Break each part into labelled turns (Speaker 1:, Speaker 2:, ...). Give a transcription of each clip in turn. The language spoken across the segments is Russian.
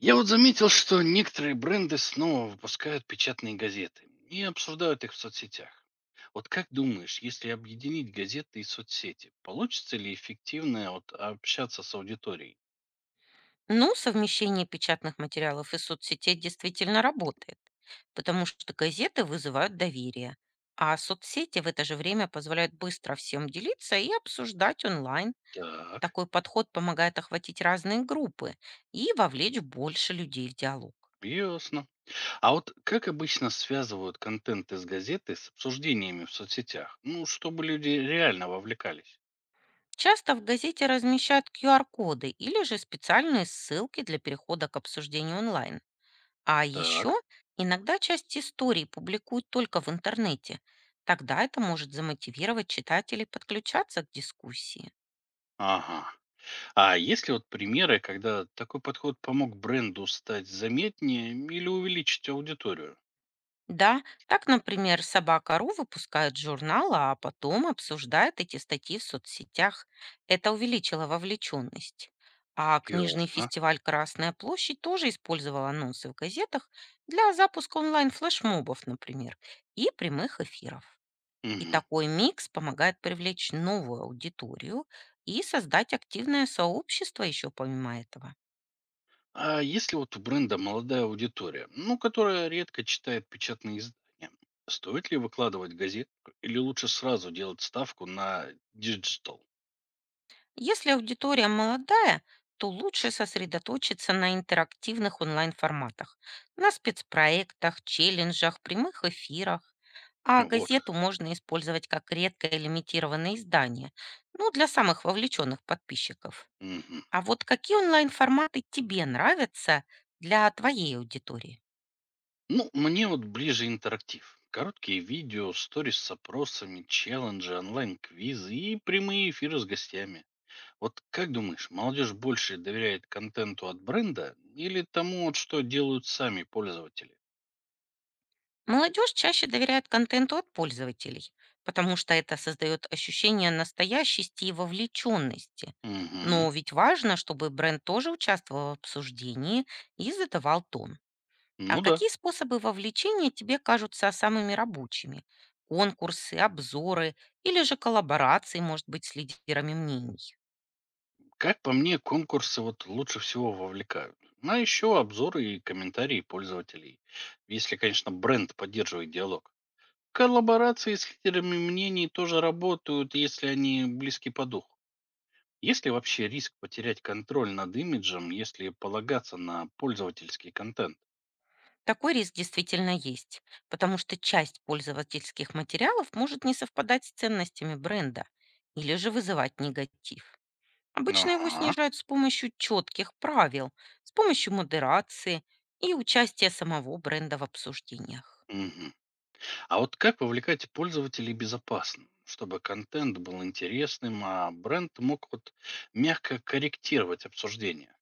Speaker 1: Я вот заметил, что некоторые бренды снова выпускают печатные газеты и обсуждают их в соцсетях. Вот как думаешь, если объединить газеты и соцсети, получится ли эффективно вот общаться с аудиторией?
Speaker 2: Ну, совмещение печатных материалов и соцсетей действительно работает, потому что газеты вызывают доверие, а соцсети в это же время позволяют быстро всем делиться и обсуждать онлайн.
Speaker 1: Так,
Speaker 2: Такой подход помогает охватить разные группы и вовлечь больше людей в диалог.
Speaker 1: ясно. А вот как обычно связывают контент из газеты с обсуждениями в соцсетях? Ну, чтобы люди реально вовлекались.
Speaker 2: Часто в газете размещают QR-коды или же специальные ссылки для перехода к обсуждению онлайн. А еще
Speaker 1: Так,
Speaker 2: иногда часть истории публикуют только в интернете. Тогда это может замотивировать читателей подключаться к дискуссии.
Speaker 1: ага. А есть ли вот примеры, когда такой подход помог бренду стать заметнее или увеличить аудиторию?
Speaker 2: Да, так, например, «Собака.ру» выпускает журнал, а потом обсуждает эти статьи в соцсетях. Это увеличило вовлеченность. А книжный
Speaker 1: Ясно.
Speaker 2: фестиваль «Красная площадь» тоже использовал анонсы в газетах для запуска онлайн-флешмобов, например, и прямых эфиров. И
Speaker 1: Мгм.
Speaker 2: такой микс помогает привлечь новую аудиторию и создать активное сообщество еще помимо этого.
Speaker 1: А если вот у бренда молодая аудитория, ну, которая редко читает печатные издания, стоит ли выкладывать газет или лучше сразу делать ставку на диджитал?
Speaker 2: Если аудитория молодая, то лучше сосредоточиться на интерактивных онлайн-форматах, на спецпроектах, челленджах, прямых эфирах. А
Speaker 1: Вот как.
Speaker 2: газету можно использовать как редкое лимитированное издание, ну, для самых вовлеченных подписчиков.
Speaker 1: Мгм.
Speaker 2: А вот какие онлайн-форматы тебе нравятся для твоей аудитории?
Speaker 1: Ну, мне вот ближе интерактив. Короткие видео, сторис с опросами, челленджи, онлайн-квизы и прямые эфиры с гостями. Вот как думаешь, молодежь больше доверяет контенту от бренда или тому, вот что делают сами пользователи?
Speaker 2: Молодежь чаще доверяет контенту от пользователей, потому что это создает ощущение настоящести и вовлеченности.
Speaker 1: Угу.
Speaker 2: Но ведь важно, чтобы бренд тоже участвовал в обсуждении и задавал тон. А
Speaker 1: Ну да.
Speaker 2: какие способы вовлечения тебе кажутся самыми рабочими? Конкурсы, обзоры или же коллаборации, может быть, с лидерами мнений?
Speaker 1: Как по мне, конкурсы вот лучше всего вовлекают. Ну, а еще обзоры и комментарии пользователей. Если, конечно, бренд поддерживает диалог. Коллаборации с лидерами мнений тоже работают, если они близки по духу. Есть ли вообще риск потерять контроль над имиджем, если полагаться на пользовательский контент?
Speaker 2: Такой риск действительно есть, потому что часть пользовательских материалов может не совпадать с ценностями бренда или же вызывать негатив. Обычно его
Speaker 1: Ага.
Speaker 2: снижают с помощью четких правил, с помощью модерации и участия самого бренда в обсуждениях.
Speaker 1: Мгм. А вот как вовлекать пользователей безопасно, чтобы контент был интересным, а бренд мог вот мягко корректировать обсуждение?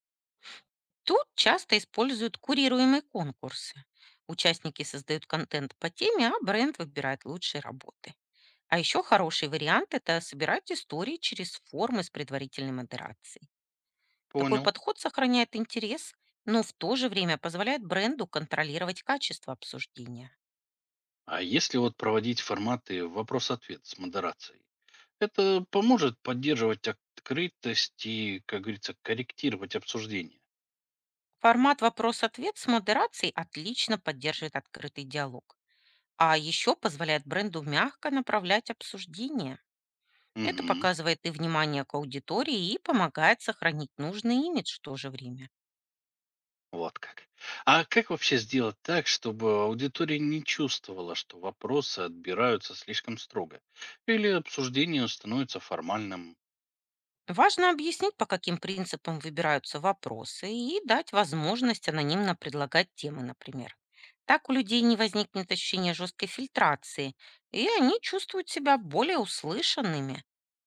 Speaker 2: Тут часто используют курируемые конкурсы. Участники создают контент по теме, а бренд выбирает лучшие работы. А еще хороший вариант — это собирать истории через формы с предварительной модерацией. Такой
Speaker 1: Понял.
Speaker 2: подход сохраняет интерес, но в то же время позволяет бренду контролировать качество обсуждения.
Speaker 1: А если вот проводить форматы вопрос-ответ с модерацией, это поможет поддерживать открытость и, как говорится, корректировать обсуждение.
Speaker 2: Формат вопрос-ответ с модерацией отлично поддерживает открытый диалог. А еще позволяет бренду мягко направлять обсуждение. Это
Speaker 1: Мгм.
Speaker 2: показывает и внимание к аудитории, и помогает сохранить нужный имидж в то же время.
Speaker 1: Вот как. А как вообще сделать так, чтобы аудитория не чувствовала, что вопросы отбираются слишком строго? Или обсуждение становится формальным?
Speaker 2: Важно объяснить, по каким принципам выбираются вопросы, и дать возможность анонимно предлагать темы, например. Так у людей не возникнет ощущения жесткой фильтрации, и они чувствуют себя более услышанными.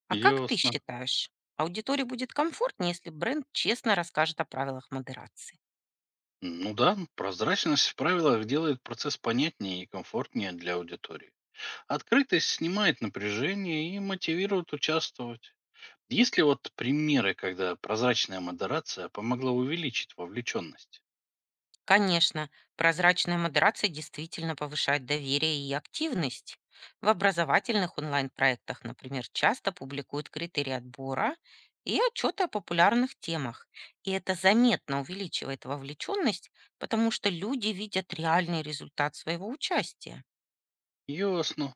Speaker 2: А как ты
Speaker 1: Ясно.
Speaker 2: считаешь, аудитории будет комфортнее, если бренд честно расскажет о правилах модерации?
Speaker 1: Ну да, прозрачность в правилах делает процесс понятнее и комфортнее для аудитории. Открытость снимает напряжение и мотивирует участвовать. Есть ли вот примеры, когда прозрачная модерация помогла увеличить вовлеченность?
Speaker 2: Конечно, прозрачная модерация действительно повышает доверие и активность. В образовательных онлайн-проектах, например, часто публикуют критерии отбора и отчеты о популярных темах. И это заметно увеличивает вовлеченность, потому что люди видят реальный результат своего участия.
Speaker 1: Ясно.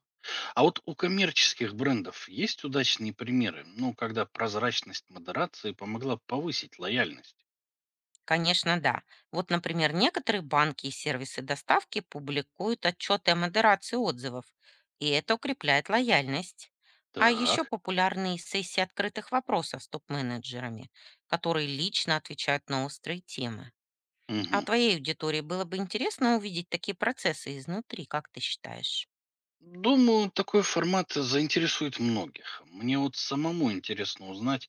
Speaker 1: А вот у коммерческих брендов есть удачные примеры, ну, когда прозрачность модерации помогла повысить лояльность?
Speaker 2: Конечно, да. Вот, например, некоторые банки и сервисы доставки публикуют отчеты о модерации отзывов, и это укрепляет лояльность. А еще
Speaker 1: Так.
Speaker 2: популярны сессии открытых вопросов с топ-менеджерами, которые лично отвечают на острые темы.
Speaker 1: Мгм.
Speaker 2: А твоей аудитории было бы интересно увидеть такие процессы изнутри, как ты считаешь?
Speaker 1: Думаю, такой формат заинтересует многих. Мне вот самому интересно узнать,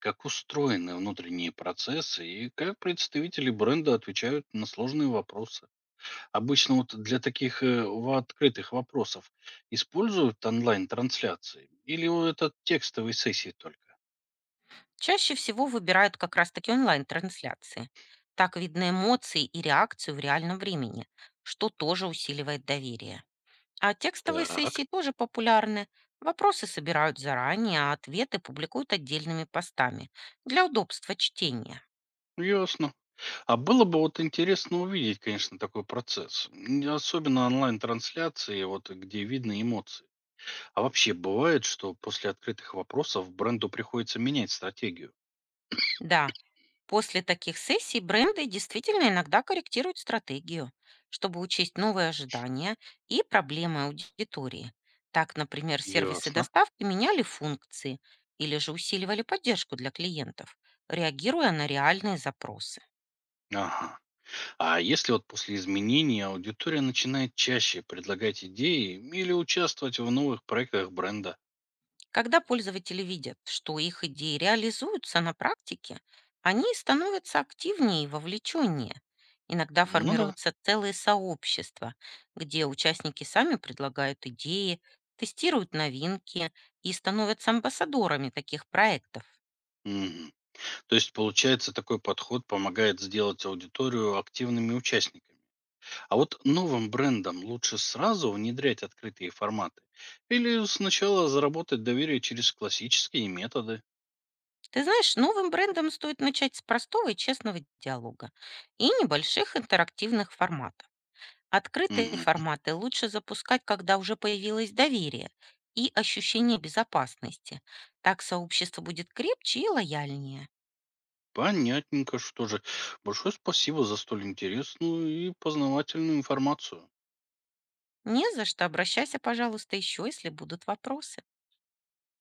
Speaker 1: как устроены внутренние процессы и как представители бренда отвечают на сложные вопросы. Обычно вот для таких открытых вопросов используют онлайн-трансляции или это текстовые сессии только?
Speaker 2: Чаще всего выбирают как раз-таки онлайн-трансляции. Так видно эмоции и реакцию в реальном времени, что тоже усиливает доверие. А текстовые
Speaker 1: Так,
Speaker 2: сессии тоже популярны. Вопросы собирают заранее, а ответы публикуют отдельными постами для удобства чтения.
Speaker 1: ясно. А было бы вот интересно увидеть, конечно, такой процесс. Особенно онлайн-трансляции, вот где видно эмоции. А вообще бывает, что после открытых вопросов бренду приходится менять стратегию?
Speaker 2: Да, после таких сессий бренды действительно иногда корректируют стратегию, чтобы учесть новые ожидания и проблемы аудитории. Так, например, сервисы
Speaker 1: Ясно.
Speaker 2: доставки меняли функции или же усиливали поддержку для клиентов, реагируя на реальные запросы.
Speaker 1: Ага. А если вот после изменений аудитория начинает чаще предлагать идеи или участвовать в новых проектах бренда?
Speaker 2: Когда пользователи видят, что их идеи реализуются на практике, они становятся активнее и вовлеченнее. Иногда
Speaker 1: Ну да.
Speaker 2: формируются целые сообщества, где участники сами предлагают идеи, тестируют новинки и становятся амбассадорами таких проектов.
Speaker 1: Мгм. То есть, получается, такой подход помогает сделать аудиторию активными участниками. А вот новым брендам лучше сразу внедрять открытые форматы или сначала заработать доверие через классические методы?
Speaker 2: Ты знаешь, новым брендам стоит начать с простого и честного диалога и небольших интерактивных форматов. Открытые
Speaker 1: Мгм.
Speaker 2: форматы лучше запускать, когда уже появилось доверие и ощущение безопасности. Так сообщество будет крепче и лояльнее.
Speaker 1: Понятненько, что же. Большое спасибо за столь интересную и познавательную информацию.
Speaker 2: Не за что, обращайся, пожалуйста, еще, если будут вопросы.